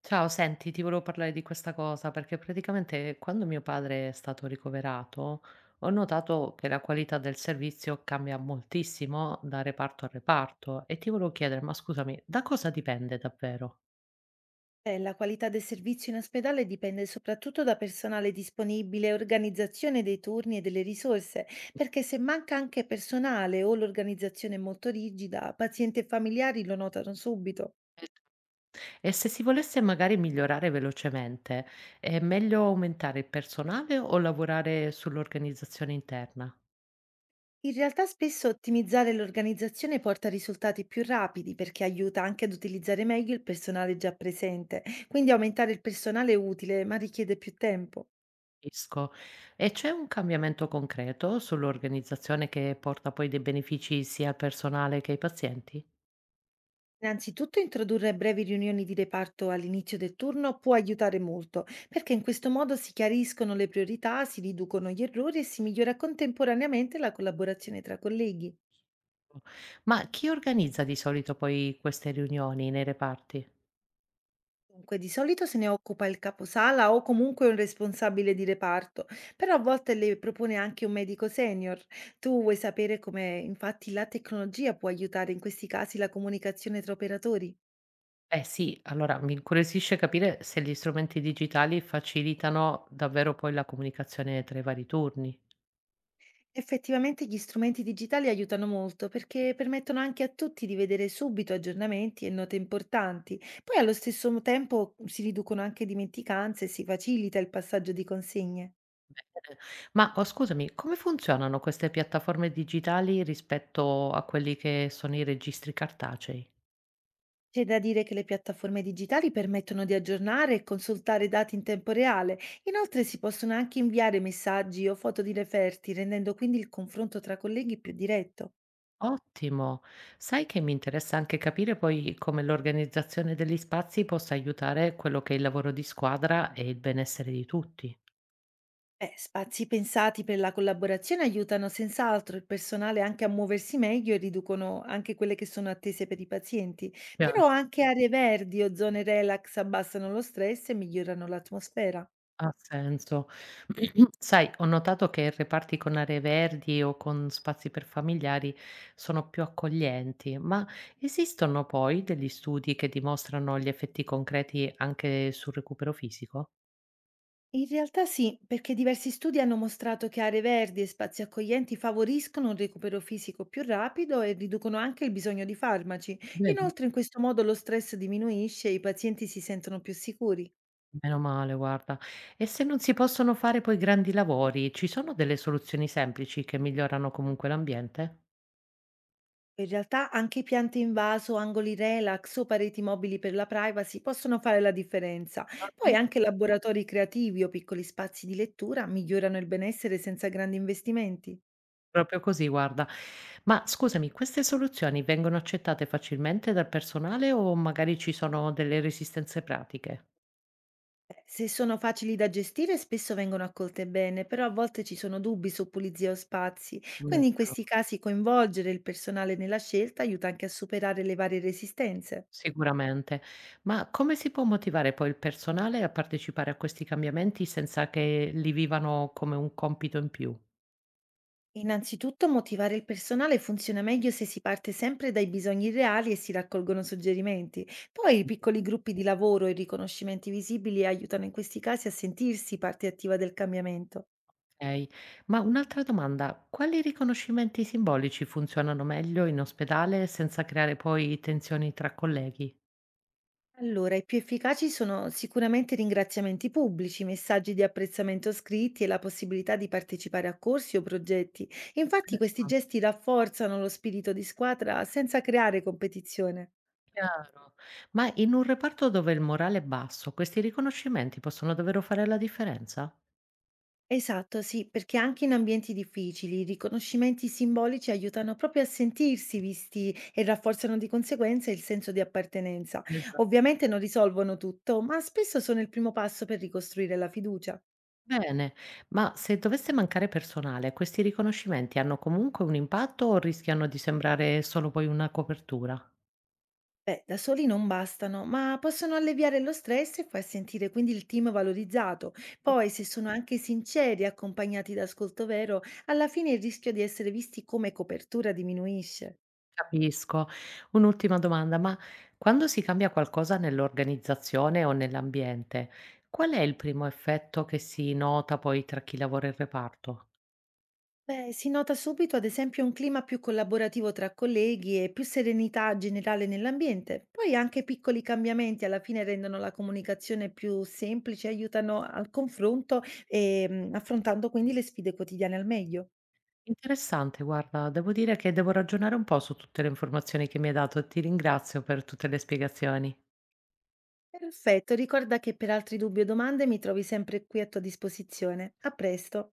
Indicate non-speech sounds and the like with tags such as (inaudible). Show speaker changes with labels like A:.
A: Ciao, senti, ti volevo parlare di questa cosa perché praticamente quando mio padre è stato ricoverato ho notato che la qualità del servizio cambia moltissimo da reparto a reparto e ti volevo chiedere, ma scusami, da cosa dipende davvero?
B: La qualità del servizio in ospedale dipende soprattutto da personale disponibile, organizzazione dei turni e delle risorse, perché se manca anche personale o l'organizzazione è molto rigida, pazienti e familiari lo notano subito.
A: E se si volesse magari migliorare velocemente, è meglio aumentare il personale o lavorare sull'organizzazione interna?
B: In realtà spesso ottimizzare l'organizzazione porta a risultati più rapidi perché aiuta anche ad utilizzare meglio il personale già presente, quindi aumentare il personale è utile, ma richiede più tempo.
A: Capisco. E c'è un cambiamento concreto sull'organizzazione che porta poi dei benefici sia al personale che ai pazienti?
B: Innanzitutto introdurre brevi riunioni di reparto all'inizio del turno può aiutare molto, perché in questo modo si chiariscono le priorità, si riducono gli errori e si migliora contemporaneamente la collaborazione tra colleghi.
A: Ma chi organizza di solito poi queste riunioni nei reparti?
B: Dunque, di solito se ne occupa il caposala o comunque un responsabile di reparto, però a volte le propone anche un medico senior. Tu vuoi sapere come infatti la tecnologia può aiutare in questi casi la comunicazione tra operatori?
A: Eh sì, allora mi incuriosisce capire se gli strumenti digitali facilitano davvero poi la comunicazione tra i vari turni.
B: Effettivamente gli strumenti digitali aiutano molto perché permettono anche a tutti di vedere subito aggiornamenti e note importanti. Poi allo stesso tempo si riducono anche dimenticanze e si facilita il passaggio di consegne.
A: Eh, Ma oh, scusami, come funzionano queste piattaforme digitali rispetto a quelli che sono i registri cartacei?
B: C'è da dire che le piattaforme digitali permettono di aggiornare e consultare dati in tempo reale. Inoltre si possono anche inviare messaggi o foto di referti, rendendo quindi il confronto tra colleghi più diretto.
A: Ottimo. Sai che mi interessa anche capire poi come l'organizzazione degli spazi possa aiutare quello che è il lavoro di squadra e il benessere di tutti.
B: Beh, spazi pensati per la collaborazione aiutano senz'altro il personale anche a muoversi meglio e riducono anche quelle che sono attese per i pazienti, però anche aree verdi o zone relax abbassano lo stress e migliorano l'atmosfera.
A: Ha senso. (clears throat) Sai, ho notato che reparti con aree verdi o con spazi per familiari sono più accoglienti, ma esistono poi degli studi che dimostrano gli effetti concreti anche sul recupero fisico?
B: In realtà sì, perché diversi studi hanno mostrato che aree verdi e spazi accoglienti favoriscono un recupero fisico più rapido e riducono anche il bisogno di farmaci.
A: Vedi?
B: Inoltre, in questo modo lo stress diminuisce e i pazienti si sentono più sicuri.
A: Meno male, guarda. E se non si possono fare poi grandi lavori, ci sono delle soluzioni semplici che migliorano comunque l'ambiente?
B: In realtà anche piante in vaso, angoli relax o pareti mobili per la privacy possono fare la differenza. Poi anche laboratori creativi o piccoli spazi di lettura migliorano il benessere senza grandi investimenti.
A: Proprio così, guarda. Ma scusami, queste soluzioni vengono accettate facilmente dal personale o magari ci sono delle resistenze pratiche?
B: Beh, se sono facili da gestire, spesso vengono accolte bene, però a volte ci sono dubbi su pulizia o spazi. Quindi in questi
A: Immaginavo,
B: casi coinvolgere il personale nella scelta aiuta anche a superare le varie resistenze.
A: sicuramente. Ma come si può motivare poi il personale a partecipare a questi cambiamenti senza che li vivano come un compito in più?
B: Innanzitutto, motivare il personale funziona meglio se si parte sempre dai bisogni reali e si raccolgono suggerimenti. Poi i piccoli gruppi di lavoro e i riconoscimenti visibili aiutano in questi casi a sentirsi parte attiva del cambiamento.
A: Okay. Ma un'altra domanda, quali riconoscimenti simbolici funzionano meglio in ospedale senza creare poi tensioni tra colleghi?
B: Allora, i più efficaci sono sicuramente ringraziamenti pubblici, messaggi di apprezzamento scritti e la possibilità di partecipare a corsi o progetti. Infatti, questi gesti rafforzano lo spirito di squadra senza creare competizione.
A: Chiaro. Ma in un reparto dove il morale è basso, questi riconoscimenti possono davvero fare la differenza?
B: Esatto, sì, perché anche in ambienti difficili i riconoscimenti simbolici aiutano proprio a sentirsi visti e rafforzano di conseguenza il senso di appartenenza.
A: Esa.
B: Ovviamente non risolvono tutto, ma spesso sono il primo passo per ricostruire la fiducia.
A: Bene, ma se dovesse mancare personale, questi riconoscimenti hanno comunque un impatto o rischiano di sembrare solo poi una copertura?
B: Beh, da soli non bastano, ma possono alleviare lo stress e far sentire quindi il team valorizzato. Poi, se sono anche sinceri e accompagnati da ascolto vero, alla fine il rischio di essere visti come copertura diminuisce.
A: Capisco. Un'ultima domanda, ma quando si cambia qualcosa nell'organizzazione o nell'ambiente, qual è il primo effetto che si nota poi tra chi lavora in reparto?
B: Beh, si nota subito, ad esempio, un clima più collaborativo tra colleghi e più serenità generale nell'ambiente. Poi anche piccoli cambiamenti alla fine rendono la comunicazione più semplice, aiutano al confronto e affrontando quindi le sfide quotidiane al meglio.
A: Interessante, guarda, devo dire che devo ragionare un po' su tutte le informazioni che mi hai dato. Ti ringrazio per tutte le spiegazioni.
B: Perfetto, ricorda che per altri dubbi o domande mi trovi sempre qui a tua disposizione. A presto.